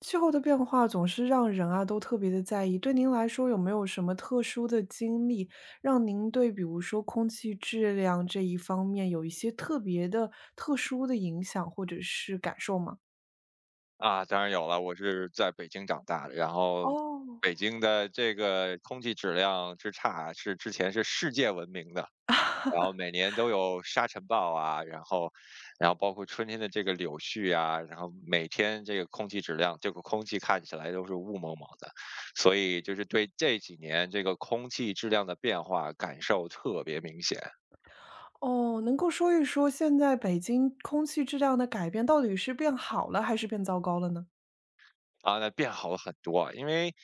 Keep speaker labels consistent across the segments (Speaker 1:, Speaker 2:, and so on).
Speaker 1: 气候的变化总是让人啊都特别的在意。对您来说，有没有什么特殊的经历，让您对比如说空气质量这一方面有一些特别的、特殊的影响或者是感受吗？
Speaker 2: 啊，当然有了，我是在北京长大的，然后
Speaker 1: 哦，
Speaker 2: 北京的这个空气质量之差是之前是世界闻名的。然后每年都有沙尘暴啊，然后包括春天的这个柳絮啊，然后每天这个空气质量，这个空气看起来都是雾蒙蒙的。所以就是对这几年这个空气质量的变化感受特别明显。
Speaker 1: 哦，能够说一说现在北京空气质量的改变到底是变好了还是变糟糕了呢？
Speaker 2: 啊，那变好了很多，因为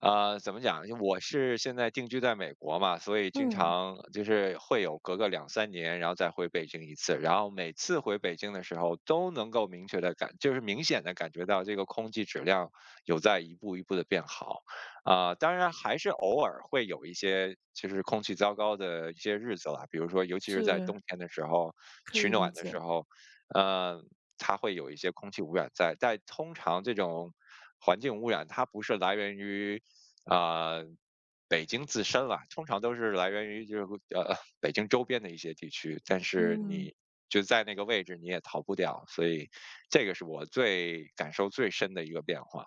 Speaker 2: 怎么讲？因为我是现在定居在美国嘛，所以经
Speaker 1: 嗯，
Speaker 2: 常就是会有隔个两三年，然后再回北京一次。然后每次回北京的时候，都能够明确的感，就是明显的感觉到这个空气质量有在一步一步的变好。啊，当然还是偶尔会有一些就是空气糟糕的一些日子啦，比如说尤其是在
Speaker 1: 是
Speaker 2: 冬天的时候，
Speaker 1: 可
Speaker 2: 取
Speaker 1: 以理
Speaker 2: 暖的时
Speaker 1: 解。
Speaker 2: 候，呃，它会有一些空气污染在。但通常这种环境污染它不是来源于啊，北京自身啦，通常都是来源于就是北京周边的一些地区。但是
Speaker 1: 嗯。
Speaker 2: 你就在那个位置，你也逃不掉，所以这个是我最感受最深的一个变化。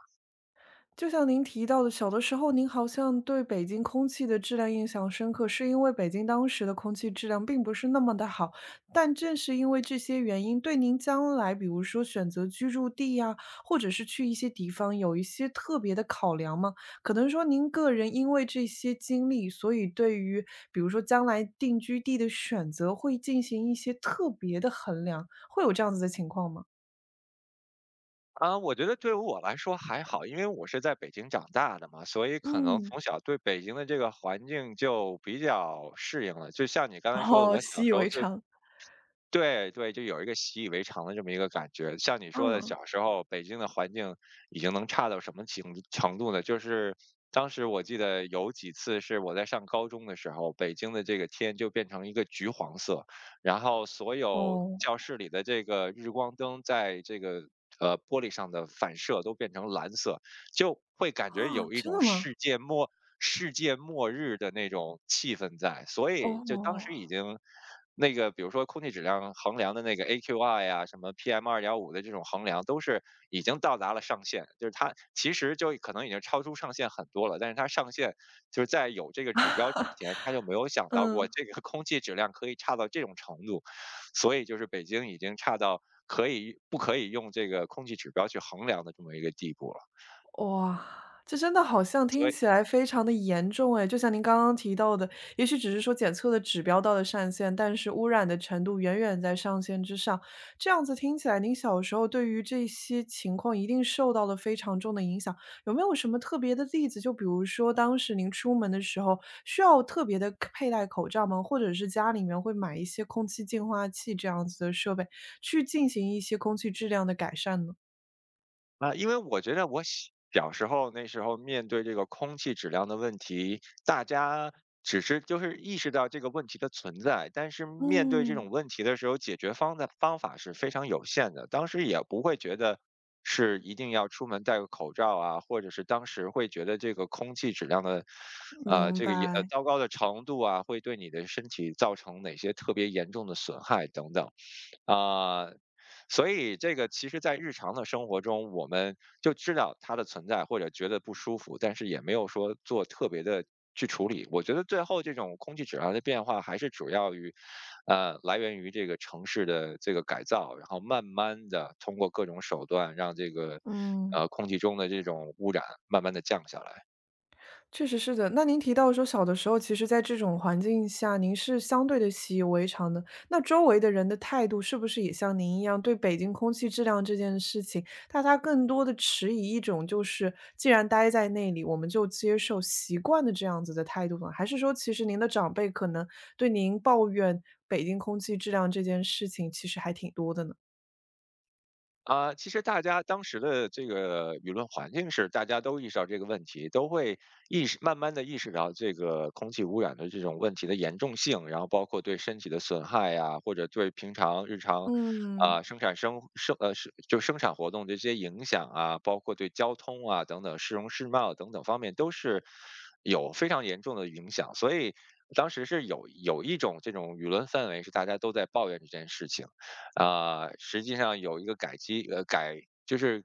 Speaker 1: 就像您提到的，小的时候您好像对北京空气的质量印象深刻，是因为北京当时的空气质量并不是那么的好。但正是因为这些原因，对您将来比如说选择居住地呀，或者是去一些地方有一些特别的考量吗？可能说您个人因为这些经历，所以对于比如说将来定居地的选择会进行一些特别的衡量，会有这样子的情况吗？
Speaker 2: 啊，我觉得对于我来说还好，因为我是在北京长大的嘛，所以可能
Speaker 1: 嗯，
Speaker 2: 从小对北京的这个环境就比较适应了。就像你刚才说的，
Speaker 1: 哦，
Speaker 2: 我小
Speaker 1: 习以
Speaker 2: 时候
Speaker 1: 为
Speaker 2: 对
Speaker 1: 常。
Speaker 2: 对对，就有一个习以为常的这么一个感觉。像你说的，
Speaker 1: 嗯，
Speaker 2: 小时候北京的环境已经能差到什么程度呢？就是当时我记得有几次是我在上高中的时候，北京的这个天就变成一个橘黄色，然后所有教
Speaker 1: 哦。
Speaker 2: 室里的这个日光灯在这个玻璃上的反射都变成蓝色，就会感觉
Speaker 1: 啊，
Speaker 2: 有一
Speaker 1: 真
Speaker 2: 种
Speaker 1: 的吗？
Speaker 2: 世界末日的那种气氛在。所以就当时
Speaker 1: 哦，
Speaker 2: 已经那个，比如说空气质量衡量的那个 AQI 呀，什么 p m 二2五的这种衡量，都是已经到达了上限，就是它其实就可能已经超出上限很多了，但是它上限就是在有这个指标之前，它就没有想到过
Speaker 1: 嗯。
Speaker 2: 这个空气质量可以差到这种程度。所以就是北京已经差到可以不可以用这个空气指标去衡量的这么一个地步了。
Speaker 1: 哇，这真的好像
Speaker 2: 所
Speaker 1: 听
Speaker 2: 以
Speaker 1: 起来非常的严重哎，就像您刚刚提到的，也许只是说检测的指标到了上限，但是污染的程度远远在上限之上。这样子听起来，您小时候对于这些情况一定受到了非常重的影响。有没有什么特别的例子，就比如说当时您出门的时候需要特别的佩戴口罩吗？或者是家里面会买一些空气净化器这样子的设备，去进行一些空气质量的改善呢？
Speaker 2: 啊，因为我觉得我小时候那时候面对这个空气质量的问题，大家只是就是意识到这个问题的存在。但是面对这
Speaker 1: 嗯，
Speaker 2: 种问题的时候，解决方的方法是非常有限的。当时也不会觉得是一定要出门戴个口罩啊，或者是当时会觉得这个空气质量的，
Speaker 1: 明
Speaker 2: 这个也
Speaker 1: 白。
Speaker 2: 糟糕的程度啊，会对你的身体造成哪些特别严重的损害等等。啊，所以这个其实，在日常的生活中，我们就知道它的存在，或者觉得不舒服，但是也没有说做特别的去处理。我觉得最后这种空气质量的变化，还是主要于，来源于这个城市的这个改造，然后慢慢的通过各种手段，让这个
Speaker 1: 嗯，
Speaker 2: 空气中的这种污染慢慢的降下来。
Speaker 1: 确实是的。那您提到说小的时候，其实在这种环境下，您是相对的习以为常的。那周围的人的态度是不是也像您一样，对北京空气质量这件事情，大家更多的持以一种就是既然待在那里，我们就接受习惯的这样子的态度呢？还是说其实您的长辈可能对您抱怨北京空气质量这件事情其实还挺多的呢？
Speaker 2: 啊，其实大家当时的这个舆论环境是，大家都意识到这个问题，都会意识慢慢的意识到这个空气污染的这种问题的严重性。然后包括对身体的损害呀，或者对平常日常，
Speaker 1: 嗯，
Speaker 2: 啊，生产生生呃是就生产活动的这些影响啊，包括对交通啊等等市容市貌等等方面都是有非常严重的影响。所以当时是有一种这种舆论氛围是大家都在抱怨这件事情。呃，实际上有一个改机呃，改就是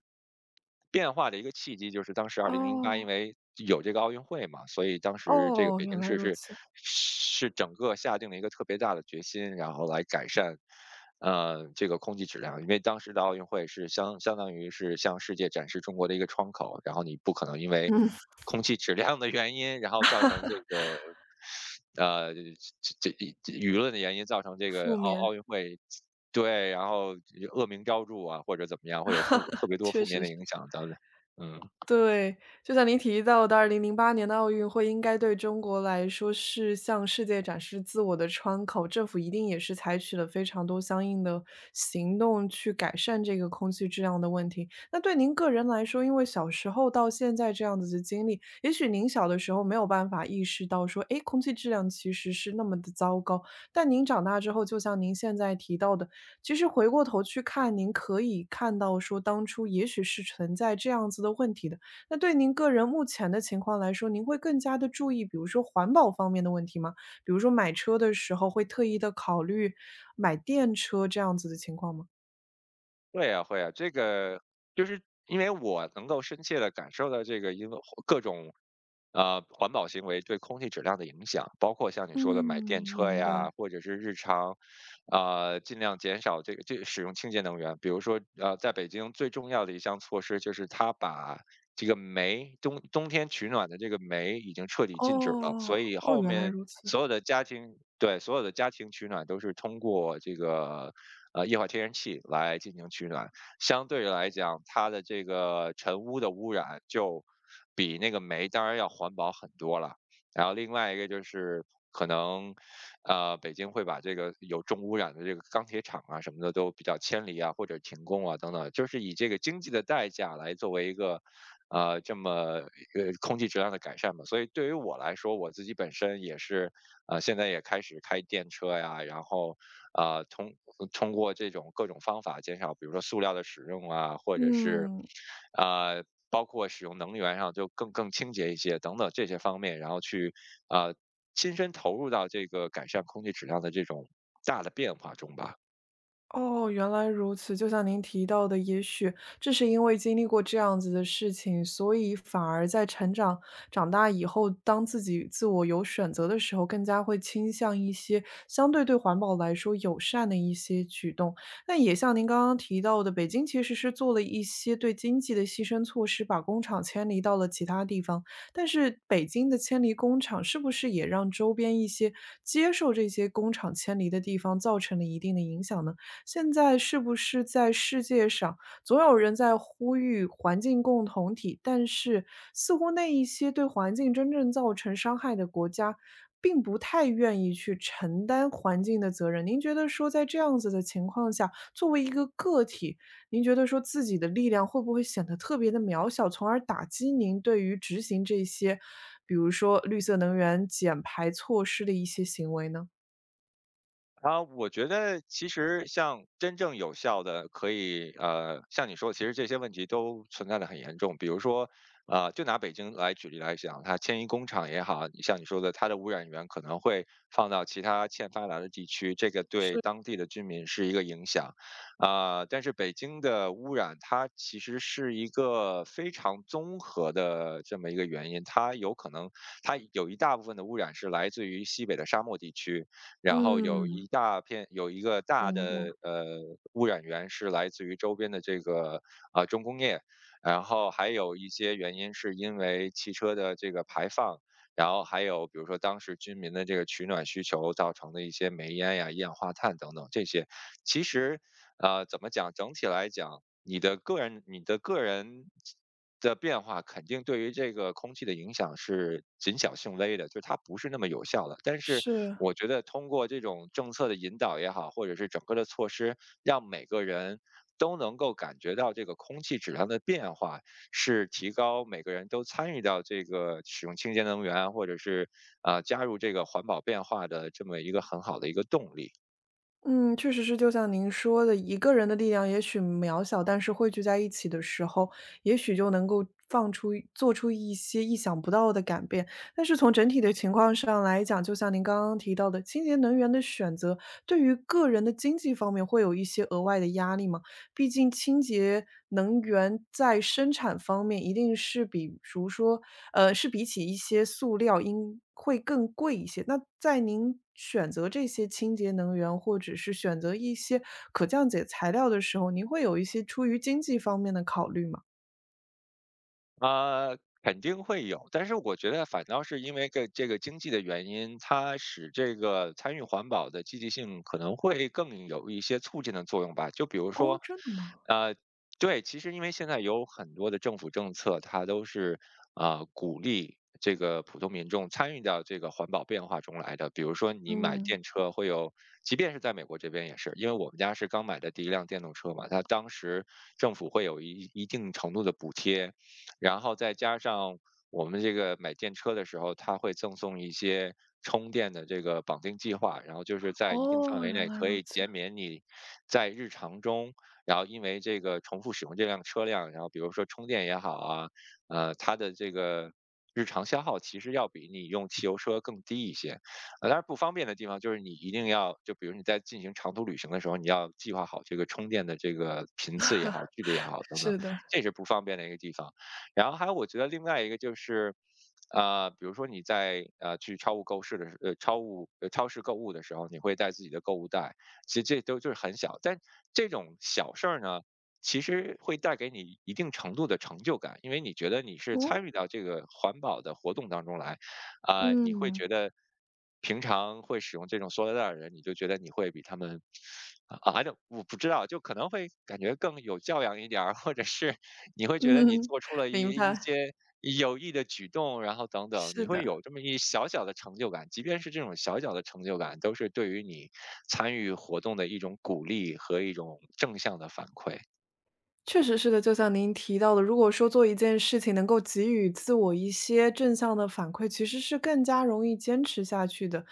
Speaker 2: 变化的一个契机，就是当时2008，因
Speaker 1: 哦，
Speaker 2: 为有这个奥运会嘛。所以当时这个
Speaker 1: 哦，
Speaker 2: 北
Speaker 1: 原
Speaker 2: 京
Speaker 1: 来
Speaker 2: 市
Speaker 1: 如
Speaker 2: 是
Speaker 1: 此。
Speaker 2: 是整个下定了一个特别大的决心，然后来改善，这个空气质量。因为当时的奥运会是相当于是向世界展示中国的一个窗口。然后你不可能因为
Speaker 1: 嗯，
Speaker 2: 空气质量的原因，然后造成这个呃，这这这舆论的原因造成这个
Speaker 1: 负
Speaker 2: 奥
Speaker 1: 面，
Speaker 2: 奥运会对，然后恶名昭著啊，或者怎么样，会有负特别多
Speaker 1: 确
Speaker 2: 负面
Speaker 1: 实
Speaker 2: 的
Speaker 1: 是。
Speaker 2: 影响等等。嗯，
Speaker 1: 对，就像您提到的2008年的奥运会应该对中国来说是向世界展示自我的窗口，政府一定也是采取了非常多相应的行动去改善这个空气质量的问题。那对您个人来说，因为小时候到现在这样子的经历，也许您小的时候没有办法意识到说，诶，空气质量其实是那么的糟糕。但您长大之后，就像您现在提到的，其实回过头去看，您可以看到说当初也许是存在这样子的问题的。那对您个人目前的情况来说，您会更加的注意，比如说环保方面的问题吗？比如说买车的时候会特意的考虑买电车这样子的情况吗？
Speaker 2: 会啊会啊，这个就是因为我能够深切地感受到这个因为各种，环保行为对空气质量的影响，包括像你
Speaker 1: 嗯，
Speaker 2: 说的买电车
Speaker 1: 明
Speaker 2: 呀，
Speaker 1: 白。
Speaker 2: 或者是日常，尽量减少这个使用清洁能源。比如说，在北京最重要的一项措施就是它把这个煤冬天取暖的这个煤已经彻底禁止了，所
Speaker 1: 哦，
Speaker 2: 以
Speaker 1: 哦，
Speaker 2: 后
Speaker 1: 原来
Speaker 2: 面
Speaker 1: 如此，
Speaker 2: 所有的家庭取暖都是通过这个，液化天然气来进行取暖。相对来讲，它的这个尘污的污染就比那个煤当然要环保很多了。然后另外一个就是可能北京会把这个有重污染的这个钢铁厂啊什么的都比较迁离啊，或者停工啊等等，就是以这个经济的代价来作为一个。这么空气质量的改善嘛。所以对于我来说，我自己本身也是，现在也开始开电车呀，然后呃通通过这种各种方法减少，比如说塑料的使用啊，或者是
Speaker 1: 嗯。
Speaker 2: 呃包括使用能源上就更清洁一些等等这些方面，然后去呃亲身投入到这个改善空气质量的这种大的变化中吧。
Speaker 1: 哦，原来如此。就像您提到的，也许正是因为经历过这样子的事情，所以反而在成长长大以后，当自己自我有选择的时候，更加会倾向一些相对对环保来说友善的一些举动。那也像您刚刚提到的，北京其实是做了一些对经济的牺牲措施，把工厂迁离到了其他地方。但是北京的迁离工厂是不是也让周边一些接受这些工厂迁离的地方造成了一定的影响呢？现在是不是在世界上，总有人在呼吁环境共同体，但是似乎那一些对环境真正造成伤害的国家，并不太愿意去承担环境的责任。您觉得说在这样子的情况下，作为一个个体，您觉得说自己的力量会不会显得特别的渺小，从而打击您对于执行这些，比如说绿色能源减排措施的一些行为呢？
Speaker 2: 啊，我觉得其实像真正有效的，可以像你说，其实这些问题都存在的很严重。比如说，啊，就拿北京来举例来讲，它迁移工厂也好，你像你说的，它的污染源可能会放到其他欠发达的地区，这个对当地的居民是一个影响。啊，但是北京的污染，它其实是一个非常综合的这么一个原因，它有可能它有一大部分的污染是来自于西北的沙漠地区。然后
Speaker 1: 嗯，
Speaker 2: 有一个大
Speaker 1: 明
Speaker 2: 的
Speaker 1: 白，
Speaker 2: 污染源是来自于周边的这个重工业，然后还有一些原因是因为汽车的这个排放。然后还有比如说当时居民的这个取暖需求造成的一些煤烟呀，一氧化碳等等这些，其实，怎么讲？整体来讲，你的个人的变化肯定对于这个空气的影响是谨小慎微的，就是它不是那么有效的。但是
Speaker 1: 是。
Speaker 2: 我觉得通过这种政策的引导也好，或者是整个的措施，让每个人都能够感觉到这个空气质量的变化，是提高每个人都参与到这个使用清洁能源，或者是加入这个环保变化的这么一个很好的一个动力。
Speaker 1: 嗯，确实是就像您说的，一个人的力量也许渺小，但是汇聚在一起的时候，也许就能够放出一做出一些意想不到的改变。但是从整体的情况上来讲，就像您刚刚提到的，清洁能源的选择对于个人的经济方面会有一些额外的压力吗？毕竟清洁能源在生产方面一定是比如说，是比起一些塑料应会更贵一些。那在您选择这些清洁能源，或者是选择一些可降解材料的时候，您会有一些出于经济方面的考虑吗？
Speaker 2: 啊，肯定会有，但是我觉得反倒是因为这个经济的原因，它使这个参与环保的积极性可能会更有一些促进的作用吧。就比如
Speaker 1: 哦，
Speaker 2: 说，
Speaker 1: 真的吗？
Speaker 2: 对，其实因为现在有很多的政府政策，它都是鼓励这个普通民众参与到这个环保变化中来的。比如说，你买
Speaker 1: 嗯。
Speaker 2: 电车会有，即便是在美国这边也是，因为我们家是刚买的第一辆电动车嘛，它当时政府会有一定程度的补贴，然后再加上我们这个买电车的时候，它会赠送一些充电的这个绑定计划，然后就是在一定范
Speaker 1: 哦，
Speaker 2: 围
Speaker 1: 原
Speaker 2: 内
Speaker 1: 来
Speaker 2: 可
Speaker 1: 如
Speaker 2: 以
Speaker 1: 此。
Speaker 2: 减免你在日常中。然后因为这个重复使用这辆车辆，然后比如说充电也好啊，它的这个日常消耗其实要比你用汽油车更低一些。但是不方便的地方就是你一定要，就比如你在进行长途旅行的时候，你要计划好这个充电的这个频次也好，距离也好等等，
Speaker 1: 是的。
Speaker 2: 这是不方便的一个地方。然后还有我觉得另外一个就是。比如说你在呃去超物购市的时呃超物呃超市购物的时候，你会带自己的购物袋，其实这都就是很小，但这种小事儿呢，其实会带给你一定程度的成就感，因为你觉得你是
Speaker 1: 哦。
Speaker 2: 参与到这个环保的活动当中来，啊、你会
Speaker 1: 嗯，
Speaker 2: 觉得平常会使用这种塑料袋儿的人，你就觉得你会比他们啊，我不知道，就可能会感觉更有教养一点儿，或者是你会觉得你
Speaker 1: 嗯，
Speaker 2: 做出了
Speaker 1: 明
Speaker 2: 一一
Speaker 1: 白，
Speaker 2: 些有益的举动，然后等等，你
Speaker 1: 是
Speaker 2: 会
Speaker 1: 的。
Speaker 2: 有这么一小小的成就感，即便是这种小小的成就感，都是对于你参与活动的一种鼓励和一种正向的反馈。
Speaker 1: 确实是的，就像您提到的，如果说做一件事情能够给予自我一些正向的反馈，其实是更加容易坚持下去的。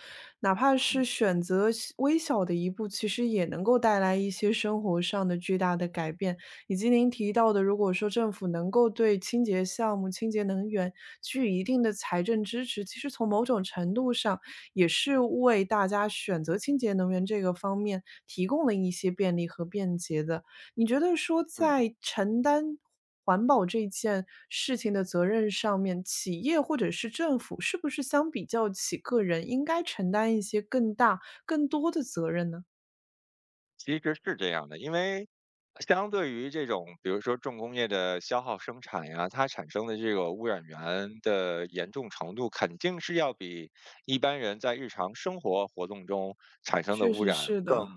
Speaker 1: 哪怕
Speaker 2: 嗯
Speaker 1: 是选择小微小的一步，其实也能够带来一些生活上的巨大的改变。以及您提到的，如果说政府能够对清洁项目、清洁能源给予一定的财政支持，其实从某种程度上也是为大家选择清洁能源这个方面提供了一些便利和便捷的。你觉得说
Speaker 2: 嗯，
Speaker 1: 在承担环保这件事情的责任上面，企业或者是政府是不是相比较起个人，应该承担一些更大、更多的责任呢？
Speaker 2: 其实是这样的，因为相对于这种，比如说重工业的消耗生产呀，它产生的这个污染源的严重程度，肯定是要比一般人在日常生活活动中产生的
Speaker 1: 确
Speaker 2: 污
Speaker 1: 实
Speaker 2: 染
Speaker 1: 是
Speaker 2: 更、
Speaker 1: 的。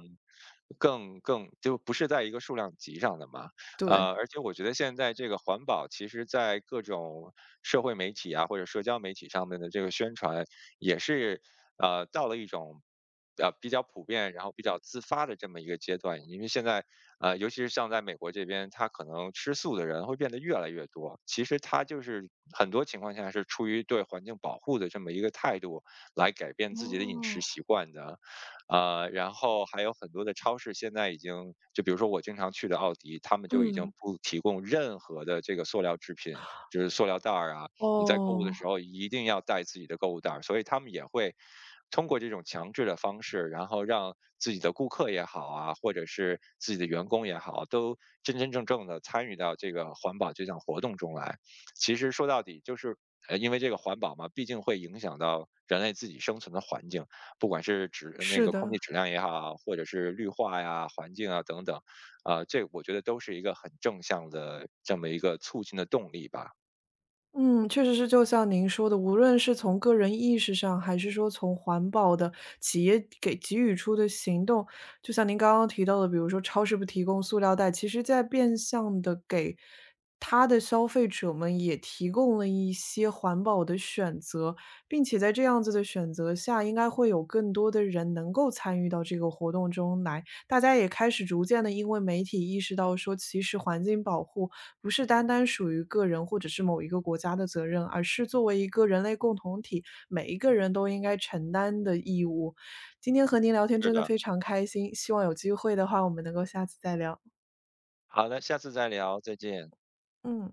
Speaker 2: 更，就不是在一个数量级上的嘛。
Speaker 1: 对。
Speaker 2: 而且我觉得现在这个环保，其实在各种社会媒体啊，或者社交媒体上面的这个宣传，也是到了一种比较普遍，然后比较自发的这么一个阶段。因为现在尤其是像在美国这边，他可能吃素的人会变得越来越多。其实他就是很多情况下是出于对环境保护的这么一个态度来改变自己的饮食
Speaker 1: 哦，
Speaker 2: 习惯的。然后还有很多的超市现在已经，就比如说我经常去的奥迪，他们就已经
Speaker 1: 嗯，
Speaker 2: 不提供任何的这个塑料制品，就是塑料袋儿啊。你在购物的
Speaker 1: 哦。
Speaker 2: 时候一定要带自己的购物袋儿，所以他们也会通过这种强制的方式，然后让自己的顾客也好啊，或者是自己的员工也好，都真真正正的参与到这个环保这项活动中来。其实说到底就是。因为这个环保嘛，毕竟会影响到人类自己生存的环境，不管是那
Speaker 1: 是
Speaker 2: 个空
Speaker 1: 的。
Speaker 2: 气质量也好，或者是绿化呀、环境啊等等，啊，这我觉得都是一个很正向的这么一个促进的动力吧。
Speaker 1: 嗯，确实是就像您说的，无论是从个人意识上，还是说从环保的企业给予出的行动，就像您刚刚提到的，比如说超市不提供塑料袋，其实在变相的给他的消费者们也提供了一些环保的选择，并且在这样子的选择下，应该会有更多的人能够参与到这个活动中来。大家也开始逐渐的因为媒体意识到说，其实环境保护不是单单属于个人或者是某一个国家的责任，而是作为一个人类共同体，每一个人都应该承担的义务。今天和您聊天
Speaker 2: 是
Speaker 1: 真的
Speaker 2: 的，
Speaker 1: 非常开心，希望有机会的话，我们能够下次再聊。
Speaker 2: 好的，下次再聊，再见。
Speaker 1: 嗯。